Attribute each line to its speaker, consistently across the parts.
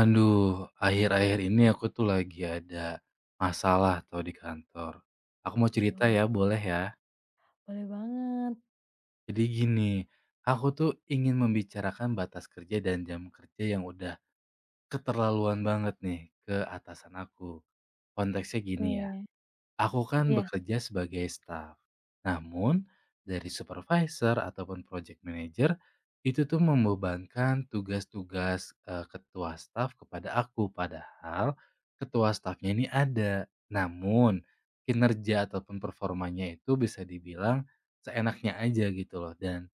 Speaker 1: Aduh, akhir-akhir ini aku tuh lagi ada masalah tuh di kantor. Aku mau cerita
Speaker 2: Wah,
Speaker 1: ya, boleh ya?
Speaker 2: boleh banget.
Speaker 1: Jadi gini, aku tuh ingin membicarakan batas kerja dan jam kerja yang udah keterlaluan banget nih ke atasan aku. Konteksnya gini ya.
Speaker 2: Oke.
Speaker 1: Aku kan
Speaker 2: Iya,
Speaker 1: bekerja sebagai staff. Namun, dari supervisor ataupun project manager, itu tuh membebankan tugas-tugas ketua staff kepada aku. Padahal ketua staffnya ini ada. Namun, kinerja ataupun performanya itu bisa dibilang seenaknya aja gitu loh. Dan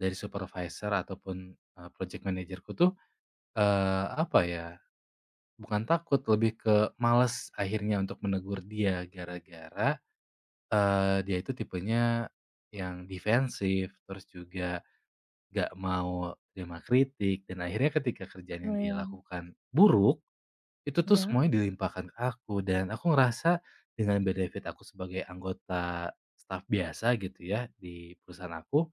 Speaker 1: dari supervisor ataupun project managerku tuh, apa ya, bukan takut, lebih ke males akhirnya untuk menegur dia gara-gara dia itu tipenya yang defensif, terus juga nggak mau terima kritik, dan akhirnya ketika kerjaan yang dia
Speaker 2: kebayang.
Speaker 1: lakukan buruk, itu tuh
Speaker 2: Iya?
Speaker 1: semuanya dilimpahkan ke aku. Dan aku ngerasa dengan benefit aku sebagai anggota staff biasa gitu ya, di perusahaan aku,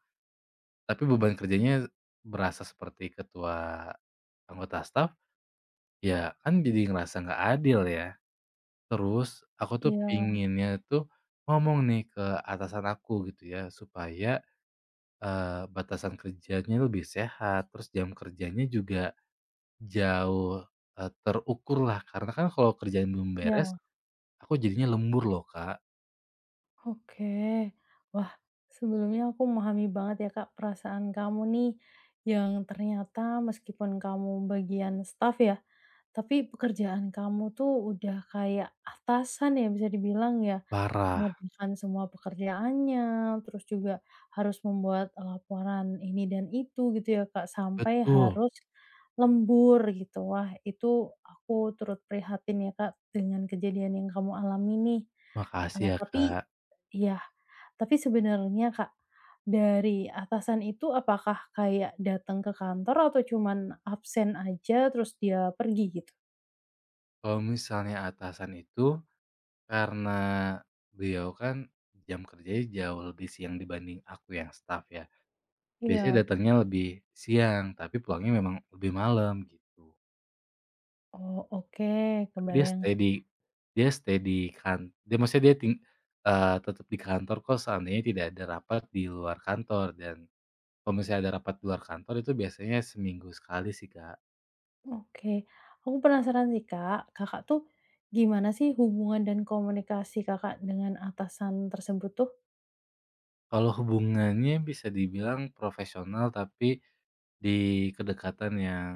Speaker 1: tapi beban kerjanya berasa seperti ketua anggota staff, ya kan, jadi ngerasa nggak adil ya. Terus aku tuh
Speaker 2: Iya
Speaker 1: pinginnya tuh ngomong nih ke atasan aku gitu ya, supaya batasan kerjanya lebih sehat, terus jam kerjanya juga jauh, terukurlah, karena kan kalau kerjaan belum beres,
Speaker 2: iya,
Speaker 1: aku jadinya lembur loh, Kak.
Speaker 2: oke. Wah, sebelumnya aku memahami banget ya, Kak, perasaan kamu nih, yang ternyata meskipun kamu bagian staff ya, tapi pekerjaan kamu tuh udah kayak atasan ya, bisa dibilang ya.
Speaker 1: Parah.
Speaker 2: Mengerjakan semua pekerjaannya, terus juga harus membuat laporan ini dan itu gitu ya, Kak, sampai
Speaker 1: Betul.
Speaker 2: harus lembur gitu. Wah, itu aku turut prihatin ya, Kak, dengan kejadian yang kamu alami nih.
Speaker 1: Makasih ya,
Speaker 2: Tapi
Speaker 1: Kak.
Speaker 2: ya, tapi sebenarnya, Kak, dari atasan itu apakah kayak datang ke kantor atau cuman absen aja terus dia pergi gitu?
Speaker 1: Kalau misalnya atasan itu, karena beliau kan jam kerjanya jauh lebih siang dibanding aku yang staff ya, biasanya
Speaker 2: Iya.
Speaker 1: datangnya lebih siang, tapi pulangnya memang lebih malam, gitu.
Speaker 2: Oh, oke,
Speaker 1: Dia
Speaker 2: kebayang
Speaker 1: stay
Speaker 2: sih.
Speaker 1: di dia stay di kan dia maksudnya dia ting eee, tetap di kantor kok seandainya tidak ada rapat di luar kantor. Dan kalau misalnya ada rapat di luar kantor, itu biasanya seminggu sekali sih, Kak.
Speaker 2: Oke, aku penasaran sih Kak, Kakak tuh gimana sih hubungan dan komunikasi Kakak dengan atasan tersebut tuh?
Speaker 1: Kalau hubungannya bisa dibilang profesional, tapi di kedekatan yang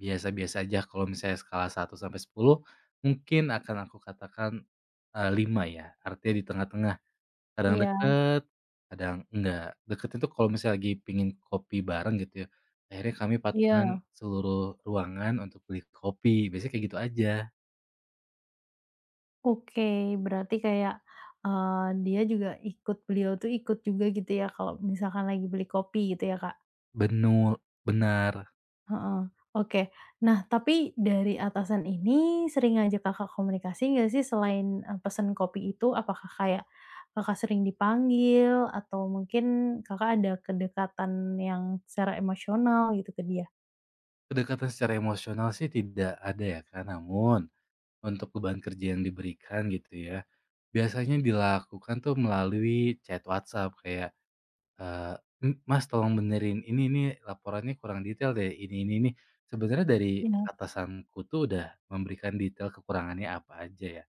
Speaker 1: biasa-biasa aja. Kalau misalnya skala satu sampai 10, mungkin akan aku katakan, 5 ya, artinya di tengah-tengah. Kadang
Speaker 2: Iya.
Speaker 1: deket, kadang enggak. Deket itu kalau misalnya lagi pingin kopi bareng gitu ya, akhirnya kami patungan
Speaker 2: Iya,
Speaker 1: seluruh ruangan untuk beli kopi, biasanya kayak gitu aja.
Speaker 2: oke, berarti kayak, dia juga ikut beliau tuh ikut juga gitu ya kalau misalkan lagi beli kopi gitu ya Kak?
Speaker 1: Benul benar.
Speaker 2: Heeh, oke. Nah, tapi dari atasan ini sering ngajak Kakak komunikasi nggak sih selain, pesen kopi itu? Apakah kayak Kakak sering dipanggil atau mungkin Kakak ada kedekatan yang secara emosional gitu ke dia?
Speaker 1: Kedekatan secara emosional sih tidak ada, ya kan? Namun, untuk beban kerja yang diberikan gitu ya, biasanya dilakukan tuh melalui chat WhatsApp, kayak Eee, Mas, tolong benerin ini, laporannya kurang detail deh, ini ini." Sebenarnya dari
Speaker 2: Iya,
Speaker 1: atasanku tuh udah memberikan detail kekurangannya apa aja ya.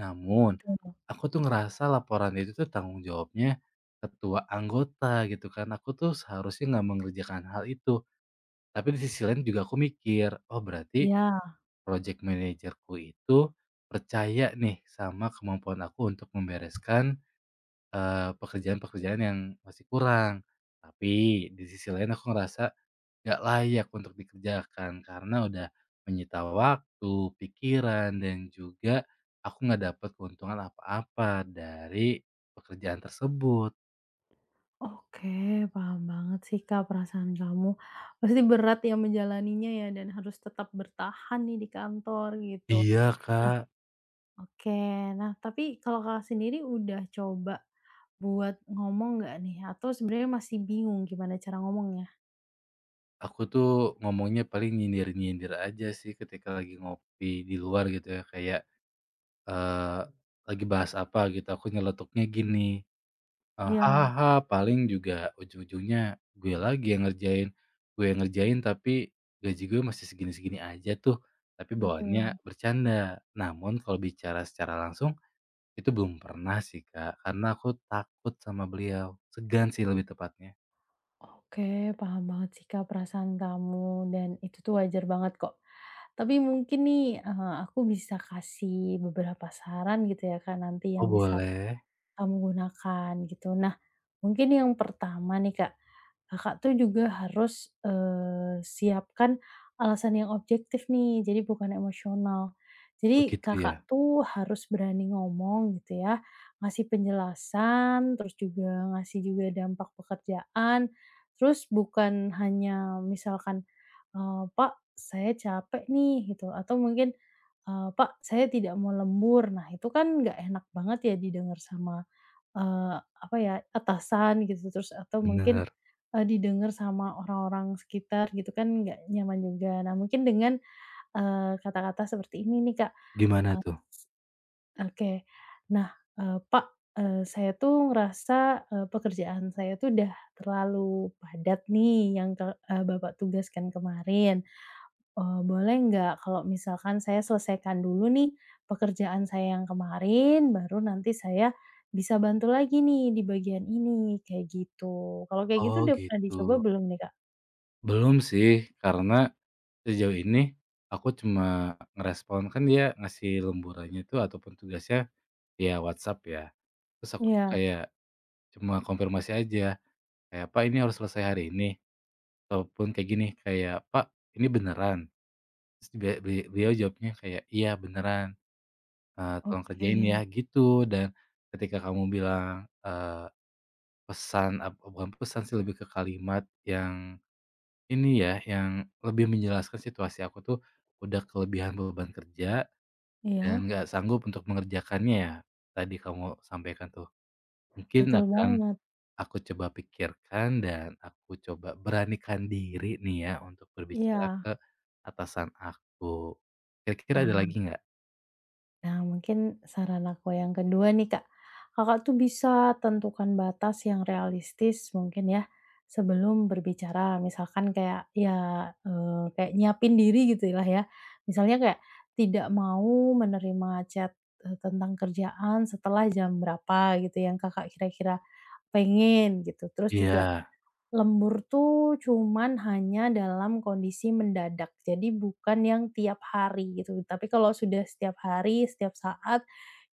Speaker 1: Namun,
Speaker 2: betul.
Speaker 1: aku tuh ngerasa laporan itu tuh tanggung jawabnya ketua anggota gitu kan, aku tuh seharusnya nggak mengerjakan hal itu. Tapi di sisi lain juga aku mikir, "Oh, berarti
Speaker 2: Iya,
Speaker 1: project manajerku itu percaya nih sama kemampuan aku untuk membereskan pekerjaan-pekerjaan yang masih kurang." Tapi di sisi lain aku ngerasa nggak layak untuk dikerjakan karena udah menyita waktu, pikiran, dan juga aku nggak dapat keuntungan apa-apa dari pekerjaan tersebut.
Speaker 2: oke, paham banget sih, Kak, perasaan kamu. Pasti berat ya menjalaninya ya dan harus tetap bertahan nih di kantor gitu.
Speaker 1: Iya,
Speaker 2: Nah,
Speaker 1: Kak,
Speaker 2: oke, nah tapi kalau Kakak sendiri udah coba buat ngomong nggak nih? Atau sebenarnya masih bingung gimana cara ngomongnya?
Speaker 1: aku tuh ngomongnya paling nyindir-nyindir aja sih ketika lagi ngopi di luar gitu ya, kayak, eee, lagi bahas apa gitu aku nyeletuknya gini.
Speaker 2: Iya,
Speaker 1: Hahaha, paling juga ujung-ujungnya gue lagi yang ngerjain. Gue yang ngerjain tapi gaji gue masih segini-segini aja tuh, tapi
Speaker 2: betul.
Speaker 1: bawaannya bercanda. Namun kalau bicara secara langsung, itu belum pernah sih, Kak, karena aku takut sama beliau, segan sih lebih tepatnya.
Speaker 2: Oke, paham banget sih Kak perasaan kamu dan itu tuh wajar banget kok. Tapi mungkin nih, aku bisa kasih beberapa saran gitu ya Kak nanti
Speaker 1: Oh,
Speaker 2: yang bisa
Speaker 1: boleh?
Speaker 2: kamu gunakan gitu. Nah, mungkin yang pertama nih Kak, Kakak tuh juga harus, siapkan alasan yang objektif nih, jadi bukan emosional.
Speaker 1: Oh
Speaker 2: Jadi
Speaker 1: gitu ya?
Speaker 2: Kakak tuh harus berani ngomong gitu ya, ngasih penjelasan, terus juga ngasih juga dampak pekerjaan, terus bukan hanya misalkan, "Pak, saya capek nih," gitu, atau mungkin, "Pak, saya tidak mau lembur." Nah, itu kan nggak enak banget ya didengar sama Eee, apa ya, atasan gitu, terus atau mungkin,
Speaker 1: Bener.
Speaker 2: didengar sama orang-orang sekitar gitu kan nggak nyaman juga. Nah mungkin dengan, kata-kata seperti ini nih Kak,
Speaker 1: Gimana
Speaker 2: eee,
Speaker 1: tuh?
Speaker 2: oke. Nah, "Pak, saya tuh ngerasa, pekerjaan saya tuh udah terlalu padat nih yang ke Bapak tugaskan kemarin. Boleh nggak kalau misalkan saya selesaikan dulu nih pekerjaan saya yang kemarin, baru nanti saya bisa bantu lagi nih di bagian ini, kayak gitu. Kalau kayak gitu
Speaker 1: Oh
Speaker 2: udah pernah
Speaker 1: gitu.
Speaker 2: dicoba belum nih, Kak?
Speaker 1: Belum sih, karena sejauh ini aku cuma ngerespon kan dia ngasih lemburannya itu ataupun tugasnya. Iya, WhatsApp ya. Terus aku tuh
Speaker 2: Iya,
Speaker 1: kayak cuma konfirmasi aja, kayak, "Pak, ini harus selesai hari ini?" Ataupun kayak gini, kayak, "Pak, ini beneran?" Terus dia beli beliau jawabnya kayak, "Iya, beneran, tolong
Speaker 2: oke.
Speaker 1: kerjain ya," gitu. Dan ketika kamu bilang, pesan ap bukan pesan sih, lebih ke kalimat yang ini ya, yang lebih menjelaskan situasi aku tuh udah kelebihan beban kerja dan
Speaker 2: Iya,
Speaker 1: nggak sanggup untuk mengerjakannya ya, tadi kamu sampaikan tuh. Mungkin
Speaker 2: betul
Speaker 1: akan
Speaker 2: banget.
Speaker 1: aku coba pikirkan, dan aku coba beranikan diri nih ya untuk berbicara
Speaker 2: Iya.
Speaker 1: ke atasan aku. Kira-kira ada
Speaker 2: Nah
Speaker 1: lagi nggak?
Speaker 2: Nah, mungkin saran aku yang kedua nih, Kak. Kakak tuh bisa tentukan batas yang realistis mungkin ya, sebelum berbicara. Misalkan kayak, ya, kayak nyiapin diri gitu lah ya. Misalnya kayak tidak mau menerima chat, tentang kerjaan setelah jam berapa gitu yang Kakak kira-kira pengen gitu. Terus juga
Speaker 1: Iya.
Speaker 2: lembur tuh cuman hanya dalam kondisi mendadak, jadi bukan yang tiap hari gitu. Tapi kalau sudah setiap hari, setiap saat,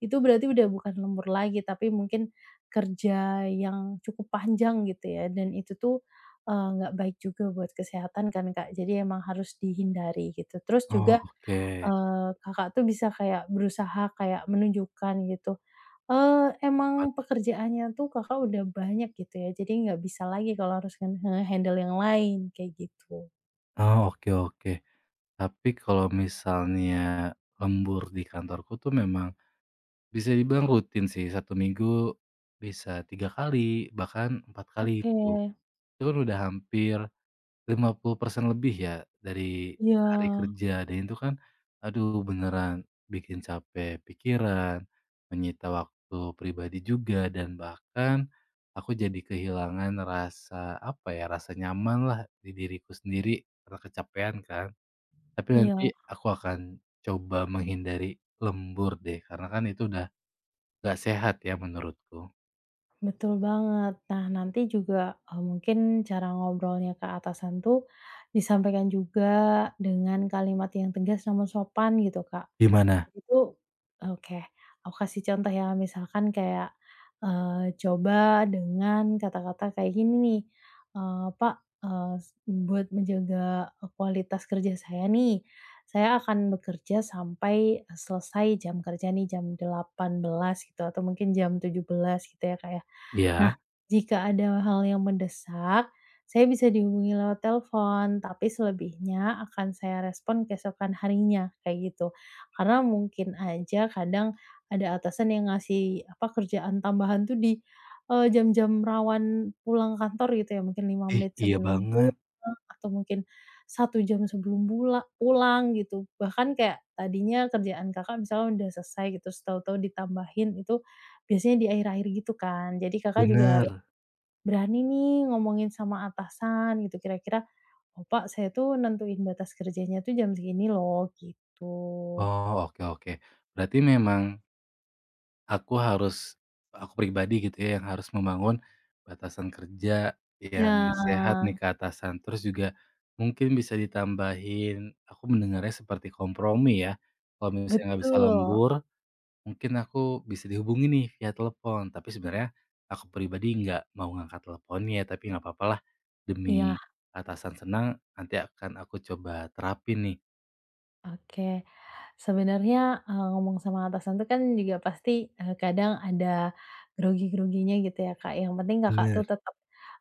Speaker 2: itu berarti udah bukan lembur lagi, tapi mungkin kerja yang cukup panjang gitu ya, dan itu tuh, nggak baik juga buat kesehatan kan, Kak. Jadi emang harus dihindari gitu. Terus
Speaker 1: Oh,
Speaker 2: juga
Speaker 1: oke.
Speaker 2: Kakak tuh bisa kayak berusaha kayak menunjukkan gitu,
Speaker 1: Apa
Speaker 2: emang
Speaker 1: tuh?
Speaker 2: pekerjaannya tuh Kakak udah banyak gitu ya, jadi nggak bisa lagi kalau harus nge handle yang lain, kayak gitu.
Speaker 1: Oh, oke oke. Tapi kalau misalnya lembur di kantorku tuh memang bisa dibilang rutin sih. Satu minggu bisa 3 kali, bahkan 4 kali
Speaker 2: Oke.
Speaker 1: itu. Itu kan udah hampir 50% lebih ya dari
Speaker 2: Iya
Speaker 1: hari kerja. Dan itu kan, aduh, beneran bikin capek pikiran, menyita waktu pribadi juga, dan bahkan aku jadi kehilangan rasa, apa ya, rasa nyaman lah di diriku sendiri karena kecapean kan. Tapi nanti
Speaker 2: iya,
Speaker 1: aku akan coba menghindari lembur deh, karena kan itu udah gak sehat ya menurutku.
Speaker 2: betul banget. Nah, nanti juga, mungkin cara ngobrolnya ke atasan tuh disampaikan juga dengan kalimat yang tegas namun sopan gitu, Kak.
Speaker 1: Gimana?
Speaker 2: Jadi tuh oke, aku kasih contoh ya, misalkan kayak, coba dengan kata-kata kayak gini nih, "Pak, eee, s buat menjaga kualitas kerja saya nih, saya akan bekerja sampai selesai jam kerja nih, jam 18.00 gitu, atau mungkin jam 17.00 gitu ya, kayak "Nah,
Speaker 1: Iya?
Speaker 2: jika ada hal yang mendesak, saya bisa dihubungi lewat telepon, tapi selebihnya akan saya respon keesokan harinya," kayak gitu. Karena mungkin aja kadang ada atasan yang ngasih, apa, kerjaan tambahan tuh di, jam-jam rawan pulang kantor gitu ya, mungkin lima
Speaker 1: Ih,
Speaker 2: menit
Speaker 1: iya
Speaker 2: sebelum pulang
Speaker 1: banget,
Speaker 2: atau mungkin 1 jam sebelum pulang gitu. Bahkan kayak tadinya kerjaan Kakak misalnya udah selesai gitu, terus tahu-tahu ditambahin itu biasanya di akhir-akhir gitu kan. Jadi Kakak juga harus
Speaker 1: bener.
Speaker 2: berani nih ngomongin sama atasan gitu kira-kira, "Oh, Pak, saya tuh nentuin batas kerjanya tuh jam segini loh," gitu.
Speaker 1: Oh, oke oke. Berarti memang Aku harus aku pribadi gitu ya, yang harus membangun batasan kerja
Speaker 2: Iya,
Speaker 1: yang sehat nih ke atasan. Terus juga mungkin bisa ditambahin, aku mendengarnya seperti kompromi ya, kalau misalnya nggak bisa
Speaker 2: betul.
Speaker 1: lembur, mungkin aku bisa dihubungi nih via telepon. Tapi sebenarnya aku pribadi nggak mau ngangkat teleponnya, tapi nggak apa apa lah
Speaker 2: Iya,
Speaker 1: demi atasan senang, nanti akan aku coba terapin nih.
Speaker 2: oke. Sebenarnya, ngomong sama atasan tuh kan juga pasti, kadang ada grogi-groginya gitu ya, Kak. Yang penting Kakak tuh
Speaker 1: Bener.
Speaker 2: tetap,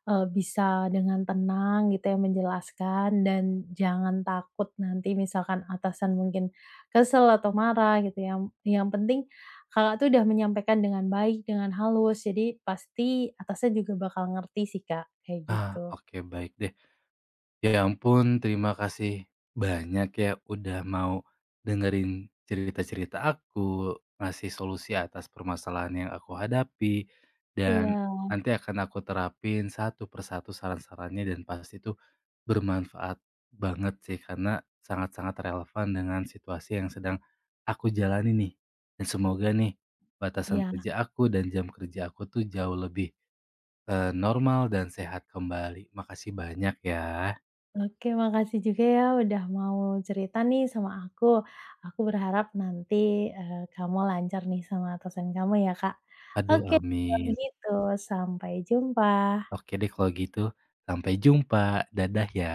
Speaker 2: bisa dengan tenang gitu ya menjelaskan dan jangan takut nanti misalkan atasan mungkin kesel atau marah gitu ya. Yang penting Kakak tuh udah menyampaikan dengan baik, dengan halus, jadi pasti atasan juga bakal ngerti sih, Kak, kayak
Speaker 1: Ah,
Speaker 2: gitu.
Speaker 1: oke baik deh. Ya ampun, terima kasih banyak ya udah mau dengerin cerita-cerita aku, ngasih solusi atas permasalahan yang aku hadapi,
Speaker 2: Iya,
Speaker 1: dan nanti akan aku terapin satu persatu saran-sarannya, dan pasti itu bermanfaat banget sih karena sangat-sangat relevan dengan situasi yang sedang aku jalani nih. Dan semoga nih batasan
Speaker 2: iya.
Speaker 1: kerja aku dan jam kerja aku tuh jauh lebih normal dan sehat kembali. Makasih banyak ya.
Speaker 2: Oke, makasih juga ya udah mau cerita nih sama aku. Aku berharap nanti, kamu lancar nih sama atasan kamu ya, Kak.
Speaker 1: Aduh,
Speaker 2: Oke, kalau
Speaker 1: amin.
Speaker 2: begitu sampai jumpa.
Speaker 1: Oke deh kalau gitu, sampai jumpa, dadah ya.